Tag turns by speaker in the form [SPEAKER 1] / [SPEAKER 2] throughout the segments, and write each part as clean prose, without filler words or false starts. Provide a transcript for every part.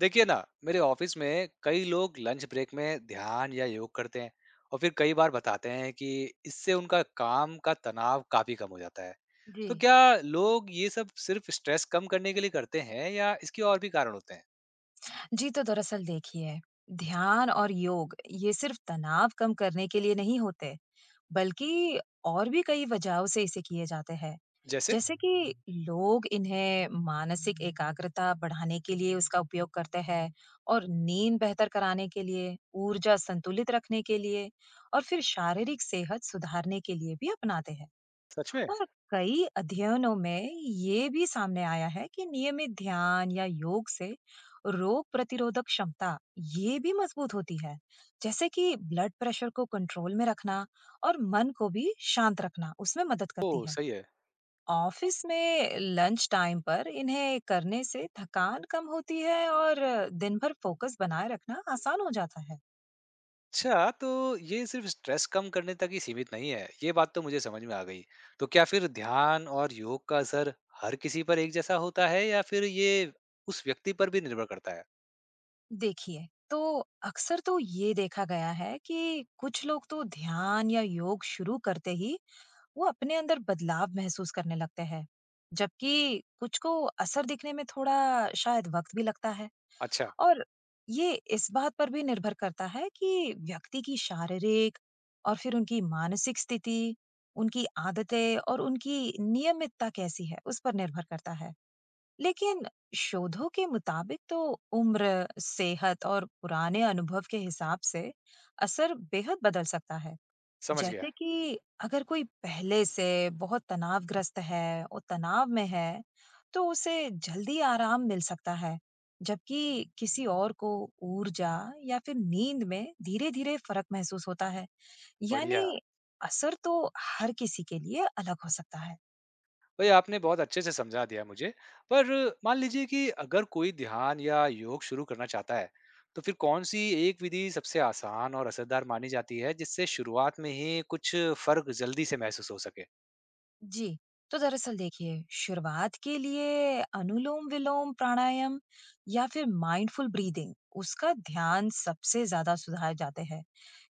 [SPEAKER 1] देखिए ना, मेरे ऑफिस में कई लोग लंच ब्रेक में ध्यान या योग करते हैं और फिर कई बार बताते हैं कि इससे उनका काम का तनाव काफी कम हो जाता है।
[SPEAKER 2] जी।
[SPEAKER 1] तो क्या लोग ये सब सिर्फ स्ट्रेस कम करने के लिए करते हैं या इसके और भी कारण होते हैं?
[SPEAKER 2] जी, तो दरअसल देखिए, ध्यान और योग ये सिर्फ तनाव कम करने के लिए नहीं होते, बल्कि और भी कई वजहों से इसे किए जाते हैं।
[SPEAKER 1] जैसे?
[SPEAKER 2] जैसे कि लोग इन्हें मानसिक एकाग्रता बढ़ाने के लिए उसका उपयोग करते हैं और नींद बेहतर कराने के लिए, ऊर्जा संतुलित रखने के लिए और फिर शारीरिक सेहत सुधारने के लिए भी अपनाते हैं।
[SPEAKER 1] सच में?
[SPEAKER 2] और कई अध्ययनों में ये भी सामने आया है कि नियमित ध्यान या योग से रोग प्रतिरोधक क्षमता ये भी मजबूत होती है जैसे कि ब्लड प्रेशर को कंट्रोल में रखना और मन को भी शांत रखना उसमें मदद
[SPEAKER 1] ओ,
[SPEAKER 2] करती है।
[SPEAKER 1] सही है।
[SPEAKER 2] ऑफिस में लंच टाइम पर इन्हें करने से थकान कम होती है और दिन भर फोकस बनाए रखना आसान हो जाता है।
[SPEAKER 1] अच्छा, तो ये सिर्फ स्ट्रेस कम करने तक ही सीमित नहीं है, ये बात तो मुझे समझ में आ गई। तो क्या फिर ध्यान और योग का असर हर किसी पर एक जैसा होता है या फिर ये उस व्यक्ति पर भी निर्भर करता है?
[SPEAKER 2] देखिए तो अक्सर तो ये देखा गया है कि कुछ लोग तो ध्यान या योग शुरू करते ही वो अपने अंदर बदलाव महसूस करने लगते हैं, जबकि कुछ को असर दिखने में थोड़ा शायद वक्त भी लगता है।
[SPEAKER 1] अच्छा।
[SPEAKER 2] और ये इस बात पर भी निर्भर करता है कि व्यक्ति की शारीरिक और फिर उनकी मानसिक स्थिति, उनकी आदतें और उनकी नियमितता कैसी है, उस पर निर्भर करता है। लेकिन शोधों के मुताबिक तो उम्र, सेहत और पुराने अनुभव के हिसाब से असर बेहद बदल सकता है।
[SPEAKER 1] समझ गया।
[SPEAKER 2] जैसे कि अगर कोई पहले से बहुत तनावग्रस्त है और तनाव में है, तो उसे जल्दी आराम मिल सकता है, जबकि किसी और को ऊर्जा या फिर नींद में धीरे-धीरे फर्क महसूस होता है।
[SPEAKER 1] बढ़िया।
[SPEAKER 2] यानी असर तो हर किसी के लिए अलग हो सकता है।
[SPEAKER 1] भाई, आपने बहुत अच्छे से समझा दिया मुझे। पर मान लीजिए कि अगर कोई ध्यान या योग शुरू करना चाहता है, तो फिर कौन-सी एक विधि सबसे आसान और असरदार मानी जाती है, जिससे शुरुआत में ही कुछ फ़र्क जल्दी से महसूस हो सके?
[SPEAKER 2] जी, तो दरअसल देखिए, शुरुआत के लिए अनुलोम-विलोम प्राणायाम या फिर माइंडफुल ब्रीदिंग, उसका ध्यान सबसे ज़्यादा सुझाए जाते हैं,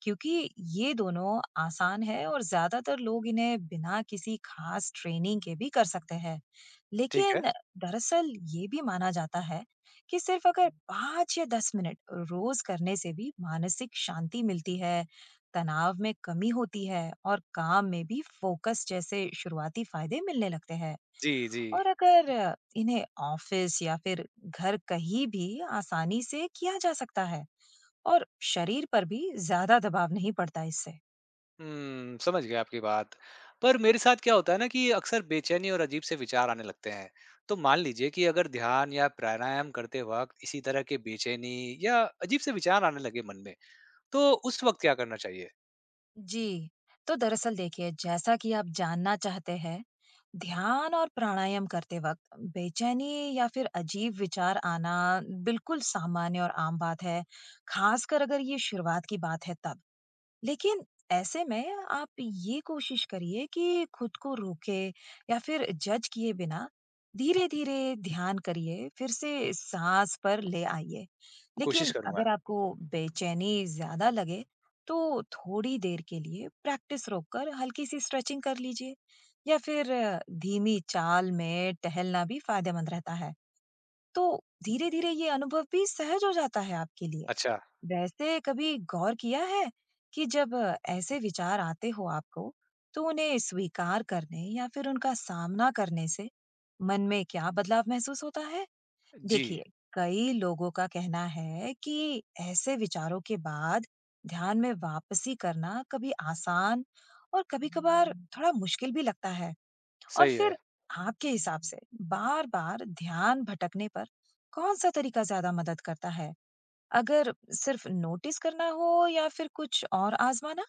[SPEAKER 2] क्योंकि ये दोनों आसान है और ज़्यादातर लोग इन्हें बिना किसी खास ट्रेनिंग के भी कर सकते हैं।
[SPEAKER 1] ठीक
[SPEAKER 2] लेकिन
[SPEAKER 1] है।
[SPEAKER 2] दरअसल ये भी माना जाता है कि सिर्फ अगर 5 या 10 मिनट रोज़ करने से भी मानसिक शांति मिलती है, तनाव में कमी होती है और काम में भी फोकस जैसे शुरुआती फायदे मिलने लगते हैं।
[SPEAKER 1] जी, जी।
[SPEAKER 2] और अगर इन्हें ऑफिस या फिर घर कहीं भी आसानी से किया जा सकता है और शरीर पर भी ज्यादा दबाव नहीं पड़ता इससे।
[SPEAKER 1] हुँ, समझ गया आपकी बात। पर मेरे साथ क्या होता है ना कि अक्सर बेचैनी और अजीब से विचार आने लगते हैं। तो मान लीजिए कि अगर ध्यान या प्राणायाम करते वक़्त इसी तरह के बेचैनी या अजीब से विचार आने लगे मन में, तो उस वक़्त क्या करना चाहिए?
[SPEAKER 2] जी, तो दरअसल देखिए जैसा कि आप जानना चाहते हैं, ध्यान और प्राणायाम करते वक्त बेचैनी या फिर अजीब विचार आना बिल्कुल सामान्य और आम बात है, खासकर अगर ये शुरुआत की बात है तब। लेकिन ऐसे में आप ये कोशिश करिए कि खुद को रोके या फिर जज किए बिना धीरे धीरे ध्यान करिए, फिर से सांस पर ले आइए।
[SPEAKER 1] कोशिश
[SPEAKER 2] लेकिन
[SPEAKER 1] करूँगा।
[SPEAKER 2] अगर आपको बेचैनी ज्यादा लगे तो थोड़ी देर के लिए प्रैक्टिस रोककर हल्की सी स्ट्रेचिंग कर लीजिए या फिर धीमी चाल में टहलना भी फायदेमंद रहता है। तो धीरे धीरे ये अनुभव भी सहज हो जाता है आपके लिए।
[SPEAKER 1] अच्छा।
[SPEAKER 2] वैसे कभी गौर किया है कि जब ऐसे विचार आते हो आपको, तो उन्हें स्वीकार करने या फिर उनका सामना करने से मन में क्या बदलाव महसूस होता है?
[SPEAKER 1] जी,
[SPEAKER 2] देखिए, कई लोगों का कहना है कि ऐसे विचारों के बाद ध्यान में वापसी करना कभी आसान और कभी-कभार थोड़ा मुश्किल भी लगता है। और
[SPEAKER 1] सही है।
[SPEAKER 2] फिर आपके हिसाब से बार-बार ध्यान भटकने पर कौन सा तरीका ज्यादा मदद करता है? अगर सिर्फ नोटिस करना हो या फिर कुछ और आजमाना?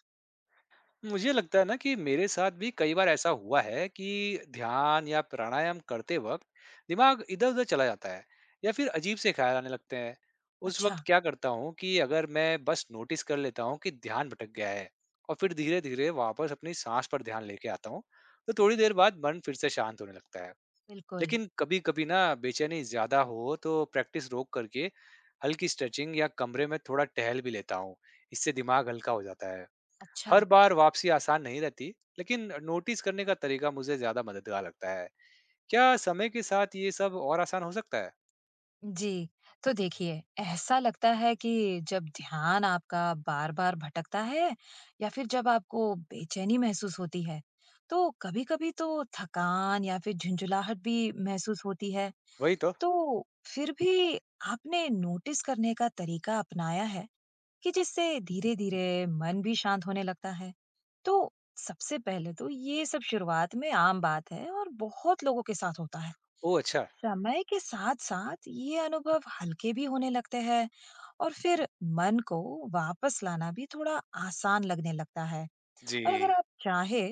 [SPEAKER 1] मुझे लगता है ना कि मेरे साथ भी कई बार ऐसा हुआ है कि ध्यान या प्राणायाम करते वक़्त दिमाग इधर-उधर चला जाता है या फिर अजीब से ख़्याल आने लगते हैं। उस
[SPEAKER 2] अच्छा,
[SPEAKER 1] वक़्त क्या करता हूँ कि अगर मैं बस नोटिस कर लेता हूँ कि ध्यान भटक गया है और फिर धीरे-धीरे वापस अपनी साँस पर ध्यान लेके आता हूँ, तो थोड़ी देर बाद मन फिर से शांत होने लगता है।
[SPEAKER 2] बिल्कुल,
[SPEAKER 1] लेकिन कभी-कभी ना बेचैनी ज़्यादा हो तो प्रैक्टिस रोक करके हल्की स्ट्रेचिंग या कमरे में थोड़ा टहल भी लेता हूँ। इससे दिमाग हल्का हो जाता है।
[SPEAKER 2] अच्छा।
[SPEAKER 1] हर बार वापसी आसान नहीं रहती, लेकिन नोटिस करने का तरीका मुझे ज़्यादा मददगार लगता है। क्या समय के साथ ये सब और आसान हो सकता है?
[SPEAKER 2] जी, तो देखिए, ऐसा लगता है कि जब ध्यान आपका बार-बार भटकता है या फिर जब आपको बेचैनी महसूस होती है, तो कभी-कभी तो थकान या फिर झुंझुलाहट भी महसूस होती है।
[SPEAKER 1] वही तो।
[SPEAKER 2] तो फिर भी आपने नोटिस करने का तरीका अपनाया है? कि जिससे धीरे-धीरे मन भी शांत होने लगता है। तो सबसे पहले तो ये सब शुरुआत में आम बात है और बहुत लोगों के साथ होता है।
[SPEAKER 1] ओह, अच्छा!
[SPEAKER 2] समय के साथ-साथ ये अनुभव हल्के भी होने लगते हैं और फिर मन को वापस लाना भी थोड़ा आसान लगने लगता है।
[SPEAKER 1] जी,
[SPEAKER 2] और अगर आप चाहे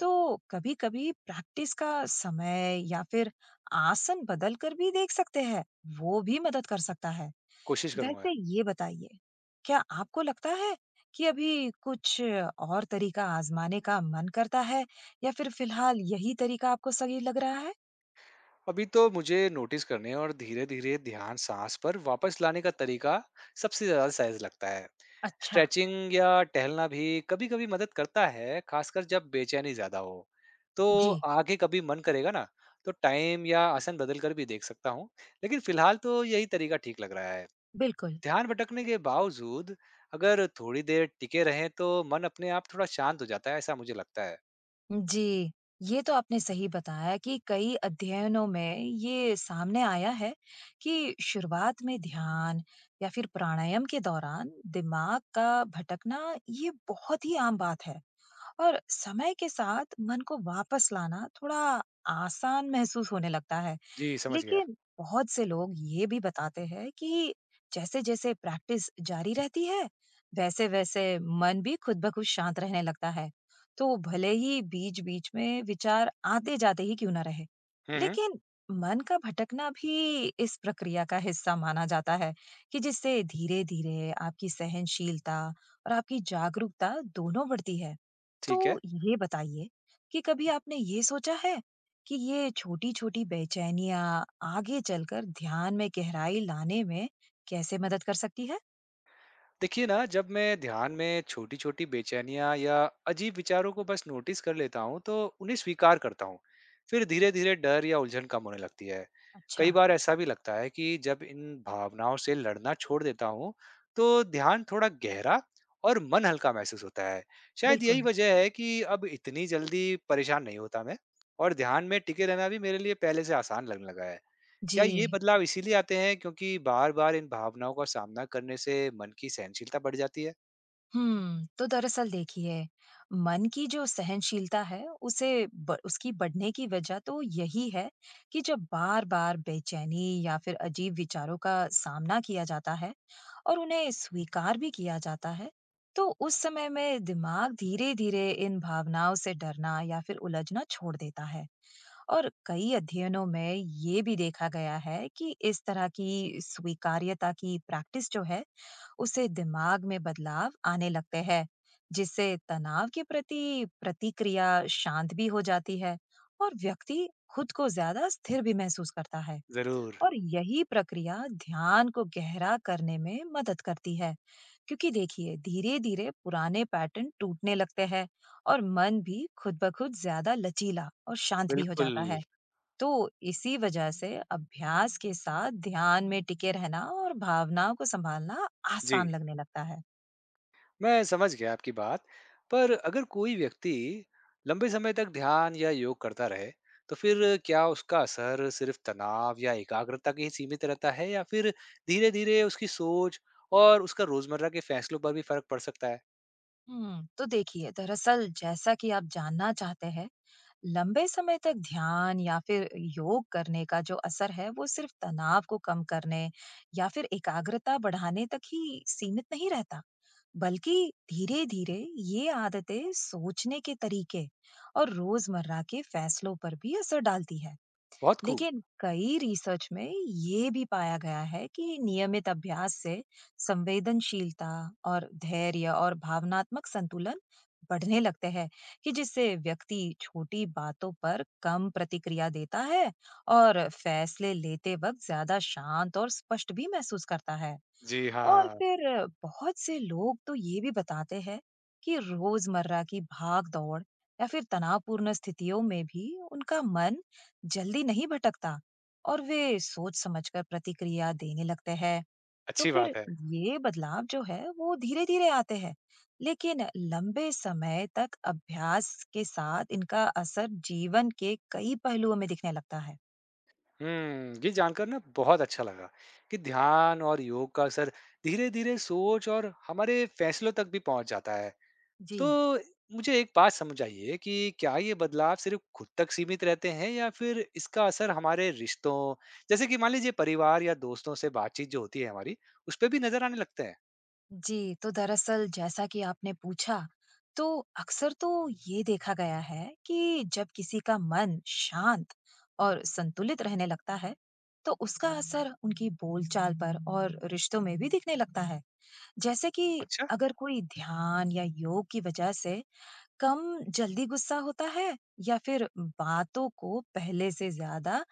[SPEAKER 2] तो कभी-कभी प्रैक्टिस का समय या फिर आसन बदल कर भी देख सकते हैं, वो भी मदद कर सकता है।
[SPEAKER 1] कोशिश करूँगा।
[SPEAKER 2] वैसे ये बताइए, क्या आपको लगता है कि अभी कुछ और तरीका आजमाने का मन करता है या फिर फिलहाल यही तरीका आपको सही लग रहा है?
[SPEAKER 1] अभी तो मुझे नोटिस करने और धीरे धीरे ध्यान सांस पर वापस लाने का तरीका सबसे ज्यादा सहज लगता है।
[SPEAKER 2] अच्छा।
[SPEAKER 1] स्ट्रेचिंग या टहलना भी कभी कभी मदद करता है, खासकर जब बेचैनी ज्यादा हो तो।
[SPEAKER 2] जी।
[SPEAKER 1] आगे कभी मन करेगा ना तो टाइम या आसन बदल कर भी देख सकता हूँ, लेकिन फिलहाल तो यही तरीका ठीक लग रहा है।
[SPEAKER 2] बिल्कुल।
[SPEAKER 1] ध्यान भटकने के बावजूद अगर थोड़ी देर टिके रहें तो मन अपने आप थोड़ा शांत हो जाता है, ऐसा मुझे लगता है।
[SPEAKER 2] जी, ये तो आपने सही बताया कि कई अध्ययनों में ये सामने आया है कि शुरुआत में ध्यान या फिर प्राणायाम के दौरान दिमाग का भटकना ये बहुत ही आम बात है। और समय के साथ मन को वापस लाना थोड़ा आसान महसूस होने लगता है।
[SPEAKER 1] जी, समझ गया।
[SPEAKER 2] लेकिन बहुत से लोग ये भी बताते हैं कि जैसे जैसे प्रैक्टिस जारी रहती है वैसे वैसे मन भी खुद ब खुद शांत रहने लगता है। तो भले ही बीच बीच में विचार आते जाते ही क्यों ना रहे,
[SPEAKER 1] हम्म, हम्म।
[SPEAKER 2] लेकिन मन का भटकना भी इस प्रक्रिया का हिस्सा माना जाता है, कि जिससे धीरे धीरे आपकी सहनशीलता और आपकी जागरूकता दोनों बढ़ती है। तो
[SPEAKER 1] ठीक है।
[SPEAKER 2] ये बताइए कि कभी आपने ये सोचा है कि ये छोटी-छोटी बेचैनियाँ आगे चलकर ध्यान में गहराई लाने में कैसे मदद कर सकती है?
[SPEAKER 1] देखिए ना, जब मैं ध्यान में छोटी छोटी बेचैनियां या अजीब विचारों को बस नोटिस कर लेता हूँ तो उन्हें स्वीकार करता हूँ, फिर धीरे धीरे डर या उलझन कम होने लगती है।
[SPEAKER 2] अच्छा,
[SPEAKER 1] कई बार ऐसा भी लगता है कि जब इन भावनाओं से लड़ना छोड़ देता हूँ तो ध्यान थोड़ा गहरा और मन हल्का महसूस होता है। शायद यही
[SPEAKER 2] बिल्कुल।
[SPEAKER 1] वजह है कि अब इतनी जल्दी परेशान नहीं होता मैं। और ध्यान में टिके रहना भी मेरे लिए पहले से आसान लगने लगा है। क्या
[SPEAKER 2] जी।
[SPEAKER 1] ये बदलाव इसीलिए आते हैं क्योंकि बार बार इन भावनाओं का सामना करने से मन की सहनशीलता बढ़ जाती है?
[SPEAKER 2] तो दरअसल देखिए, मन की जो सहनशीलता है उसे उसकी बढ़ने की वजह तो यही है कि जब बार बार बेचैनी या फिर अजीब विचारों का सामना किया जाता है और उन्हें स्वीकार भी किया जाता है, तो उस समय में दिमाग धीरे धीरे इन भावनाओं से डरना या फिर उलझना छोड़ देता है। और कई अध्ययनों में ये भी देखा गया है कि इस तरह की स्वीकार्यता की प्रैक्टिस जो है, उससे दिमाग में बदलाव आने लगते हैं जिससे तनाव के प्रति प्रतिक्रिया शांत भी हो जाती है और व्यक्ति खुद को ज्यादा स्थिर भी महसूस करता है।
[SPEAKER 1] जरूर।
[SPEAKER 2] और यही प्रक्रिया ध्यान को गहरा करने में मदद करती है, क्योंकि देखिए धीरे धीरे पुराने पैटर्न टूटने लगते हैं और मन भी खुद ब खुद ज्यादा लचीला और शांत भी हो
[SPEAKER 1] बिल्कुल।
[SPEAKER 2] जाता है। तो इसी वजह से अभ्यास के साथ ध्यान में टिके रहना और भावनाओं को संभालना
[SPEAKER 1] जी,
[SPEAKER 2] आसान लगने लगता है।
[SPEAKER 1] मैं समझ गया आपकी बात। पर अगर कोई व्यक्ति लंबे समय तक ध्यान या योग करता रहे, तो फिर क्या उसका असर सिर्फ तनाव या एकाग्रता के ही सीमित रहता है या फिर धीरे धीरे उसकी सोच और उसका रोजमर्रा के फैसलों पर भी फर्क पड़ सकता है?
[SPEAKER 2] तो देखिए दरअसल जैसा कि आप जानना चाहते हैं, लंबे समय तक ध्यान या फिर योग करने का जो असर है वो सिर्फ तनाव को कम करने या फिर एकाग्रता बढ़ाने तक ही सीमित नहीं रहता, बल्कि धीरे धीरे ये आदतें सोचने के तरीके और रोजमर्रा के फैसलों पर भी असर डालती है।
[SPEAKER 1] बहुत खूब।
[SPEAKER 2] लेकिन कई रिसर्च में ये भी पाया गया है कि नियमित अभ्यास से संवेदनशीलता और धैर्य और भावनात्मक संतुलन बढ़ने लगते हैं, कि जिससे व्यक्ति छोटी बातों पर कम प्रतिक्रिया देता है और फैसले लेते वक्त ज्यादा शांत और स्पष्ट भी महसूस करता है।
[SPEAKER 1] जी
[SPEAKER 2] और
[SPEAKER 1] हाँ।
[SPEAKER 2] फिर बहुत से लोग तो ये भी बताते हैं कि रोजमर्रा की भाग दौड़ या फिर तनावपूर्ण स्थितियों में भी उनका मन जल्दी नहीं भटकता और वे सोच समझकर प्रतिक्रिया देने लगते हैं। तो
[SPEAKER 1] अच्छी
[SPEAKER 2] फिर
[SPEAKER 1] बात है।
[SPEAKER 2] ये बदलाव जो है वो धीरे धीरे आते हैं, लेकिन लंबे समय तक अभ्यास के साथ इनका असर जीवन के कई पहलुओं में दिखने लगता है।
[SPEAKER 1] हम्म, ये जानकर ना बहुत अच्छा लगा कि ध्यान और योग का असर धीरे धीरे सोच और हमारे फैसलों तक भी पहुंच जाता है।
[SPEAKER 2] जी।
[SPEAKER 1] तो मुझे एक बात समझ आइए कि क्या ये बदलाव सिर्फ खुद तक सीमित रहते हैं या फिर इसका असर हमारे रिश्तों, जैसे कि मान लीजिए परिवार या दोस्तों से बातचीत जो होती है हमारी, उस पर भी नजर आने लगते हैं?
[SPEAKER 2] जी, तो दरअसल जैसा कि आपने पूछा, तो अक्सर तो ये देखा गया है कि जब किसी का मन शांत और संतुलित रहने लगता है, तो उसका असर उनकी बोलचाल पर और रिश्तों में भी दिखने लगता है। जैसे कि
[SPEAKER 1] अच्छा।
[SPEAKER 2] अगर कोई ध्यान या योग की वजह से कम जल्दी गुस्सा होता है या फिर बातों को पहले से ज्यादा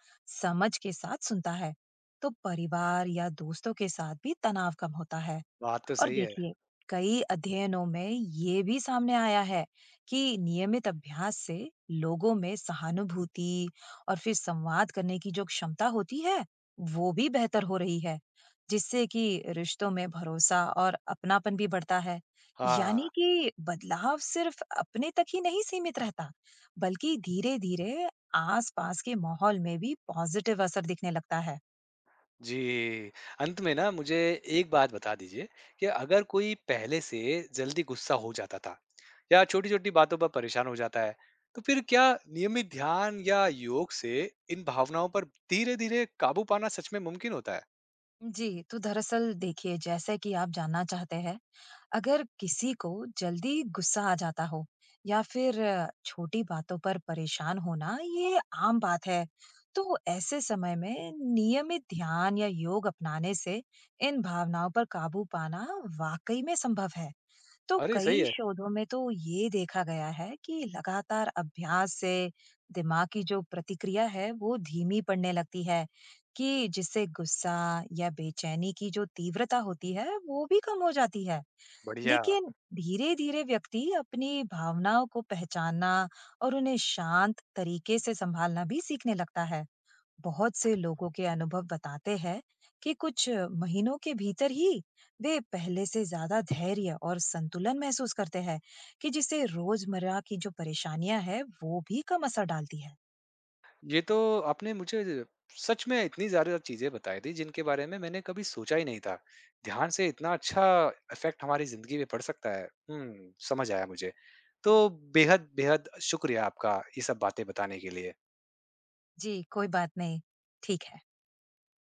[SPEAKER 2] समझ के साथ सुनता है, तो परिवार या दोस्तों के साथ भी तनाव कम होता है।
[SPEAKER 1] बात तो
[SPEAKER 2] और
[SPEAKER 1] सही है।
[SPEAKER 2] देखिए कई अध्ययनों में ये भी सामने आया है कि नियमित अभ्यास से लोगों में सहानुभूति और फिर संवाद करने की जो क्षमता होती है वो भी बेहतर हो रही है, जिससे कि रिश्तों में भरोसा और अपनापन भी बढ़ता है।
[SPEAKER 1] हाँ।
[SPEAKER 2] यानी कि बदलाव सिर्फ अपने तक ही नहीं सीमित रहता, बल्कि धीरे धीरे आसपास के माहौल में भी पॉजिटिव असर दिखने लगता है।
[SPEAKER 1] जी, अंत में ना मुझे एक बात बता दीजिए कि अगर कोई पहले से जल्दी गुस्सा हो जाता था या छोटी-छोटी बातों पर परेशान हो जाता है, तो फिर क्या नियमित ध्यान या योग से इन भावनाओं पर धीरे-धीरे काबू पाना सच में मुमकिन होता है?
[SPEAKER 2] जी, तो दरअसल देखिए जैसे कि आप जानना चाहते हैं, अगर किसी को जल्दी गुस्सा आ जाता हो या फिर छोटी बातों पर परेशान होना ये आम बात है। तो ऐसे समय में नियमित ध्यान या योग अपनाने से इन भावनाओं पर काबू पाना वाकई में संभव है। तो
[SPEAKER 1] अरे, सही
[SPEAKER 2] कई
[SPEAKER 1] है।
[SPEAKER 2] शोधों में तो ये देखा गया है कि लगातार अभ्यास से दिमाग की जो प्रतिक्रिया है वो धीमी पड़ने लगती है, कि जिससे गुस्सा या बेचैनी की जो तीव्रता होती है वो भी कम हो जाती है।
[SPEAKER 1] बढ़िया।
[SPEAKER 2] लेकिन धीरे धीरे व्यक्ति अपनी भावनाओं को पहचानना और उन्हें शांत तरीके से संभालना भी सीखने लगता है। बहुत से लोगों के अनुभव बताते हैं कि कुछ महीनों के भीतर ही वे पहले से ज्यादा धैर्य और संतुलन महसूस करते हैं, कि जिससे रोजमर्रा की जो परेशानियां हैं वो भी कम असर डालती है।
[SPEAKER 1] ये तो आपने मुझे सच में इतनी ज़्यादा चीज़ें बताई थी जिनके बारे में मैंने कभी सोचा ही नहीं था। ध्यान से इतना अच्छा इफ़ेक्ट हमारी ज़िंदगी में पड़ सकता है। हुँ, समझ आया मुझे। तो बेहद-बेहद शुक्रिया आपका ये सब बातें बताने के लिए।
[SPEAKER 2] जी, कोई बात नहीं। ठीक है।